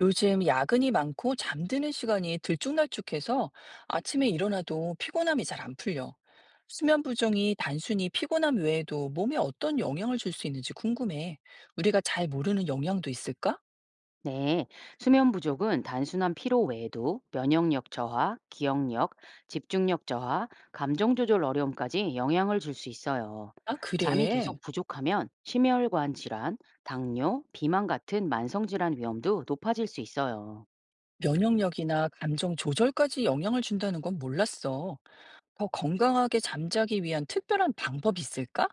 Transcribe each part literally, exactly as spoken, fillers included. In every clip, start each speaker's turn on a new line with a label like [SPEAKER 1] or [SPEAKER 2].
[SPEAKER 1] 요즘 야근이 많고 잠드는 시간이 들쭉날쭉해서 아침에 일어나도 피곤함이 잘 안 풀려. 수면 부정이 단순히 피곤함 외에도 몸에 어떤 영향을 줄 수 있는지 궁금해. 우리가 잘 모르는 영향도 있을까?
[SPEAKER 2] 네, 수면 부족은 단순한 피로 외에도 면역력 저하, 기억력, 집중력 저하, 감정 조절 어려움까지 영향을 줄 수 있어요.
[SPEAKER 1] 아,
[SPEAKER 2] 잠이
[SPEAKER 1] 그래.
[SPEAKER 2] 계속 부족하면 심혈관 질환, 당뇨, 비만 같은 만성 질환 위험도 높아질 수 있어요.
[SPEAKER 1] 면역력이나 감정 조절까지 영향을 준다는 건 몰랐어. 더 건강하게 잠자기 위한 특별한 방법이 있을까?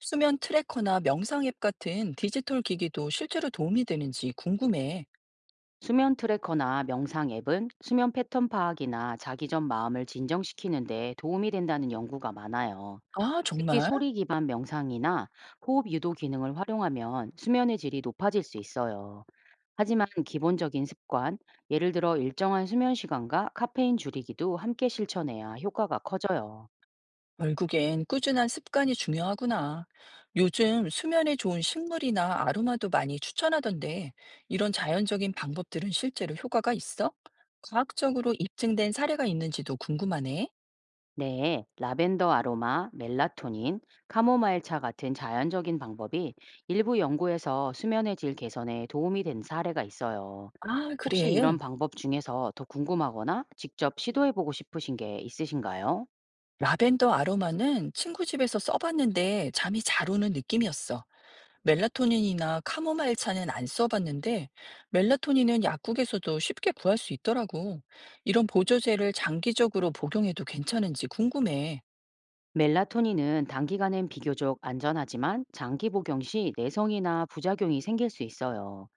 [SPEAKER 1] 수면 트래커나 명상 앱 같은 디지털 기기도 실제로 도움이 되는지 궁금해.
[SPEAKER 2] 수면 트래커나 명상 앱은 수면 패턴 파악이나 자기 전 마음을 진정시키는 데 도움이 된다는 연구가 많아요.
[SPEAKER 1] 아,
[SPEAKER 2] 특히
[SPEAKER 1] 정말?
[SPEAKER 2] 소리 기반 명상이나 호흡 유도 기능을 활용하면 수면의 질이 높아질 수 있어요. 하지만 기본적인 습관, 예를 들어 일정한 수면 시간과 카페인 줄이기도 함께 실천해야 효과가 커져요.
[SPEAKER 1] 결국엔 꾸준한 습관이 중요하구나. 요즘 수면에 좋은 식물이나 아로마도 많이 추천하던데, 이런 자연적인 방법들은 실제로 효과가 있어? 과학적으로 입증된 사례가 있는지도 궁금하네.
[SPEAKER 2] 네, 라벤더 아로마, 멜라토닌, 카모마일 차 같은 자연적인 방법이 일부 연구에서 수면의 질 개선에 도움이 된 사례가 있어요.
[SPEAKER 1] 아,
[SPEAKER 2] 혹시 이런
[SPEAKER 1] 그래.
[SPEAKER 2] 방법 중에서 더 궁금하거나 직접 시도해보고 싶으신 게 있으신가요?
[SPEAKER 1] 라벤더 아로마는 친구 집에서 써봤는데 잠이 잘 오는 느낌이었어. 멜라토닌이나 카모마일 차는 안 써봤는데, 멜라토닌은 약국에서도 쉽게 구할 수 있더라고. 이런 보조제를 장기적으로 복용해도 괜찮은지 궁금해.
[SPEAKER 2] 멜라토닌은 단기간엔 비교적 안전하지만 장기 복용 시 내성이나 부작용이 생길 수 있어요.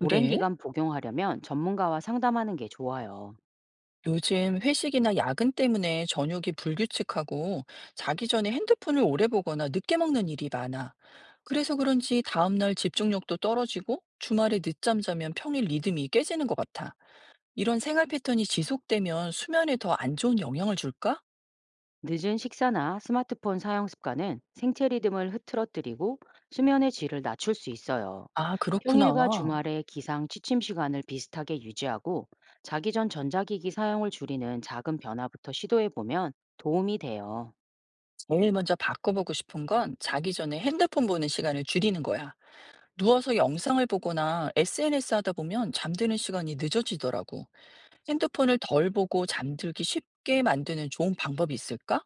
[SPEAKER 2] 오랜 기간 복용하려면 전문가와 상담하는 게 좋아요.
[SPEAKER 1] 요즘 회식이나 야근 때문에 저녁이 불규칙하고 자기 전에 핸드폰을 오래 보거나 늦게 먹는 일이 많아. 그래서 그런지 다음날 집중력도 떨어지고 주말에 늦잠 자면 평일 리듬이 깨지는 것 같아. 이런 생활 패턴이 지속되면 수면에 더 안 좋은 영향을 줄까?
[SPEAKER 2] 늦은 식사나 스마트폰 사용 습관은 생체 리듬을 흐트러뜨리고 수면의 질을 낮출 수 있어요.
[SPEAKER 1] 아, 그렇구나.
[SPEAKER 2] 평일과 주말에 기상 취침 시간을 비슷하게 유지하고 자기 전 전자기기 사용을 줄이는 작은 변화부터 시도해 보면 도움이 돼요.
[SPEAKER 1] 제일 먼저 바꿔보고 싶은 건 자기 전에 핸드폰 보는 시간을 줄이는 거야. 누워서 영상을 보거나 에스엔에스 하다 보면 잠드는 시간이 늦어지더라고. 핸드폰을 덜 보고 잠들기 쉽게 만드는 좋은 방법이 있을까?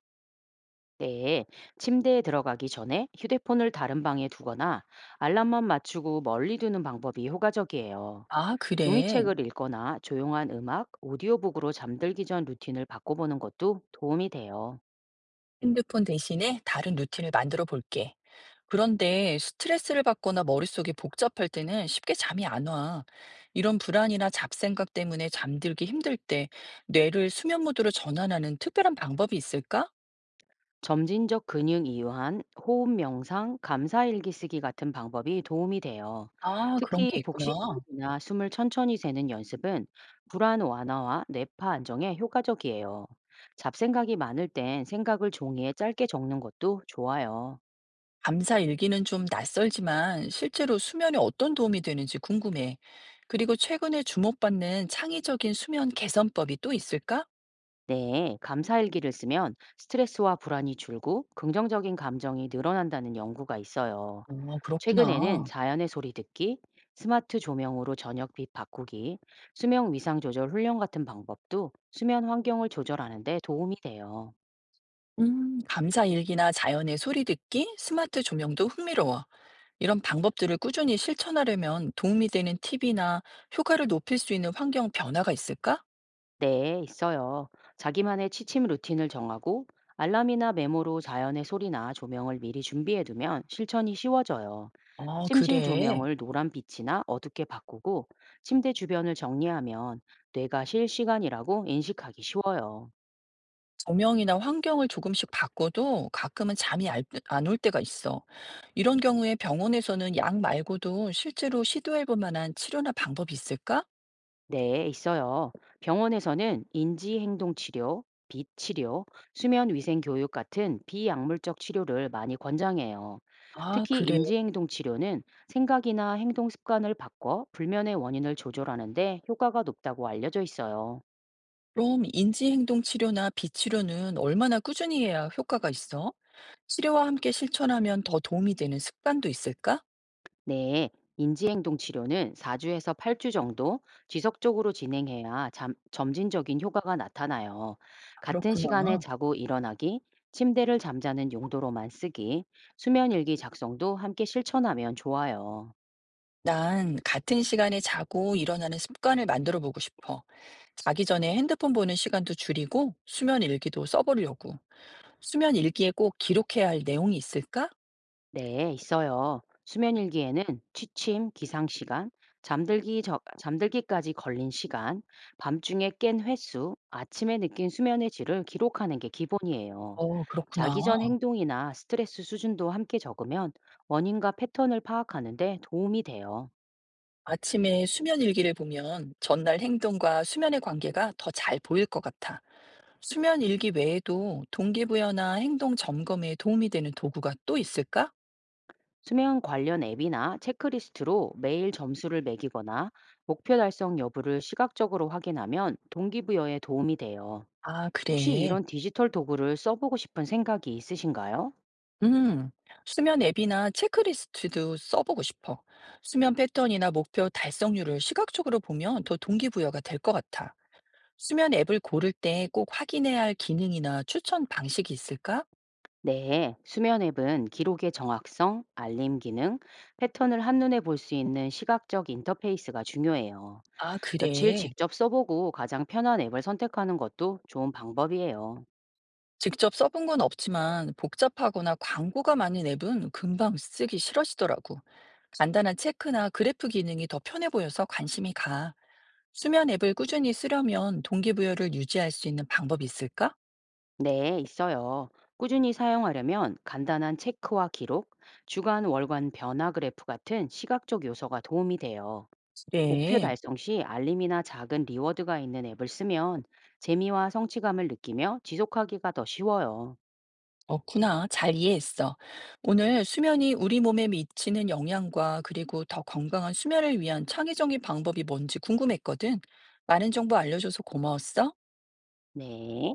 [SPEAKER 2] 네, 침대에 들어가기 전에 휴대폰을 다른 방에 두거나 알람만 맞추고 멀리 두는 방법이 효과적이에요.
[SPEAKER 1] 아, 그래.
[SPEAKER 2] 종이책을 읽거나 조용한 음악, 오디오북으로 잠들기 전 루틴을 바꿔보는 것도 도움이 돼요.
[SPEAKER 1] 핸드폰 대신에 다른 루틴을 만들어 볼게. 그런데 스트레스를 받거나 머릿속이 복잡할 때는 쉽게 잠이 안 와. 이런 불안이나 잡생각 때문에 잠들기 힘들 때 뇌를 수면 모드로 전환하는 특별한 방법이 있을까?
[SPEAKER 2] 점진적 근육 이완, 호흡 명상, 감사 일기 쓰기 같은 방법이 도움이 돼요.
[SPEAKER 1] 아, 그런
[SPEAKER 2] 특히
[SPEAKER 1] 게 있구나.
[SPEAKER 2] 복식 호흡이나 숨을 천천히 세는 연습은 불안 완화와 뇌파 안정에 효과적이에요. 잡생각이 많을 땐 생각을 종이에 짧게 적는 것도 좋아요.
[SPEAKER 1] 감사 일기는 좀 낯설지만 실제로 수면에 어떤 도움이 되는지 궁금해. 그리고 최근에 주목받는 창의적인 수면 개선법이 또 있을까?
[SPEAKER 2] 네, 감사 일기를 쓰면 스트레스와 불안이 줄고 긍정적인 감정이 늘어난다는 연구가 있어요.
[SPEAKER 1] 어,
[SPEAKER 2] 최근에는
[SPEAKER 1] 그렇구나.
[SPEAKER 2] 자연의 소리 듣기, 스마트 조명으로 저녁 빛 바꾸기, 수면 위상 조절 훈련 같은 방법도 수면 환경을 조절하는 데 도움이 돼요.
[SPEAKER 1] 음, 감사 일기나 자연의 소리 듣기, 스마트 조명도 흥미로워. 이런 방법들을 꾸준히 실천하려면 도움이 되는 팁이나 효과를 높일 수 있는 환경 변화가 있을까?
[SPEAKER 2] 네, 있어요. 자기만의 취침 루틴을 정하고 알람이나 메모로 자연의 소리나 조명을 미리 준비해 두면 실천이 쉬워져요.
[SPEAKER 1] 어,
[SPEAKER 2] 침실
[SPEAKER 1] 그래.
[SPEAKER 2] 조명을 노란 빛이나 어둡게 바꾸고 침대 주변을 정리하면 뇌가 실시간이라고 인식하기 쉬워요.
[SPEAKER 1] 조명이나 환경을 조금씩 바꿔도 가끔은 잠이 안 올 때가 있어. 이런 경우에 병원에서는 약 말고도 실제로 시도해 볼 만한 치료나 방법이 있을까?
[SPEAKER 2] 네, 있어요. 병원에서는 인지행동치료, 빛치료, 수면위생교육 같은 비약물적 치료를 많이 권장해요.
[SPEAKER 1] 아,
[SPEAKER 2] 특히
[SPEAKER 1] 그래.
[SPEAKER 2] 인지행동치료는 생각이나 행동 습관을 바꿔 불면의 원인을 조절하는데 효과가 높다고 알려져 있어요.
[SPEAKER 1] 그럼 인지행동 치료나 비치료는 얼마나 꾸준히 해야 효과가 있어? 치료와 함께 실천하면 더 도움이 되는 습관도 있을까?
[SPEAKER 2] 네, 인지행동 치료는 사 주에서 팔 주 정도 지속적으로 진행해야 잠- 점진적인 효과가 나타나요. 같은 시간에
[SPEAKER 1] 그렇구나.
[SPEAKER 2] 자고 일어나기, 침대를 잠자는 용도로만 쓰기, 수면일기 작성도 함께 실천하면 좋아요.
[SPEAKER 1] 난 같은 시간에 자고 일어나는 습관을 만들어 보고 싶어. 자기 전에 핸드폰 보는 시간도 줄이고 수면 일기도 써보려고. 수면 일기에 꼭 기록해야 할 내용이 있을까?
[SPEAKER 2] 네, 있어요. 수면 일기에는 취침, 기상 시간, 잠들기 저, 잠들기까지 걸린 시간, 밤중에 깬 횟수, 아침에 느낀 수면의 질을 기록하는 게 기본이에요.
[SPEAKER 1] 어, 그렇구나.
[SPEAKER 2] 자기 전 행동이나 스트레스 수준도 함께 적으면 원인과 패턴을 파악하는 데 도움이 돼요.
[SPEAKER 1] 아침에 수면 일기를 보면 전날 행동과 수면의 관계가 더 잘 보일 것 같아. 수면 일기 외에도 동기부여나 행동 점검에 도움이 되는 도구가 또 있을까?
[SPEAKER 2] 수면 관련 앱이나 체크리스트로 매일 점수를 매기거나 목표 달성 여부를 시각적으로 확인하면 동기부여에 도움이 돼요.
[SPEAKER 1] 아,
[SPEAKER 2] 혹시
[SPEAKER 1] 그래.
[SPEAKER 2] 이런 디지털 도구를 써보고 싶은 생각이 있으신가요?
[SPEAKER 1] 음, 수면 앱이나 체크리스트도 써보고 싶어. 수면 패턴이나 목표 달성률을 시각적으로 보면 더 동기부여가 될 것 같아. 수면 앱을 고를 때 꼭 확인해야 할 기능이나 추천 방식이 있을까?
[SPEAKER 2] 네, 수면 앱은 기록의 정확성, 알림 기능, 패턴을 한눈에 볼 수 있는 시각적 인터페이스가 중요해요.
[SPEAKER 1] 아
[SPEAKER 2] 며칠
[SPEAKER 1] 그래.
[SPEAKER 2] 직접 써보고 가장 편한 앱을 선택하는 것도 좋은 방법이에요.
[SPEAKER 1] 직접 써본 건 없지만 복잡하거나 광고가 많은 앱은 금방 쓰기 싫어지더라고. 간단한 체크나 그래프 기능이 더 편해 보여서 관심이 가. 수면 앱을 꾸준히 쓰려면 동기부여를 유지할 수 있는 방법이 있을까?
[SPEAKER 2] 네, 있어요. 꾸준히 사용하려면 간단한 체크와 기록, 주간 월간 변화 그래프 같은 시각적 요소가 도움이 돼요. 목표
[SPEAKER 1] 그래.
[SPEAKER 2] 달성 시 알림이나 작은 리워드가 있는 앱을 쓰면 재미와 성취감을 느끼며 지속하기가 더 쉬워요.
[SPEAKER 1] 없구나. 잘 이해했어. 오늘 수면이 우리 몸에 미치는 영향과 그리고 더 건강한 수면을 위한 창의적인 방법이 뭔지 궁금했거든. 많은 정보 알려줘서 고마웠어.
[SPEAKER 2] 네.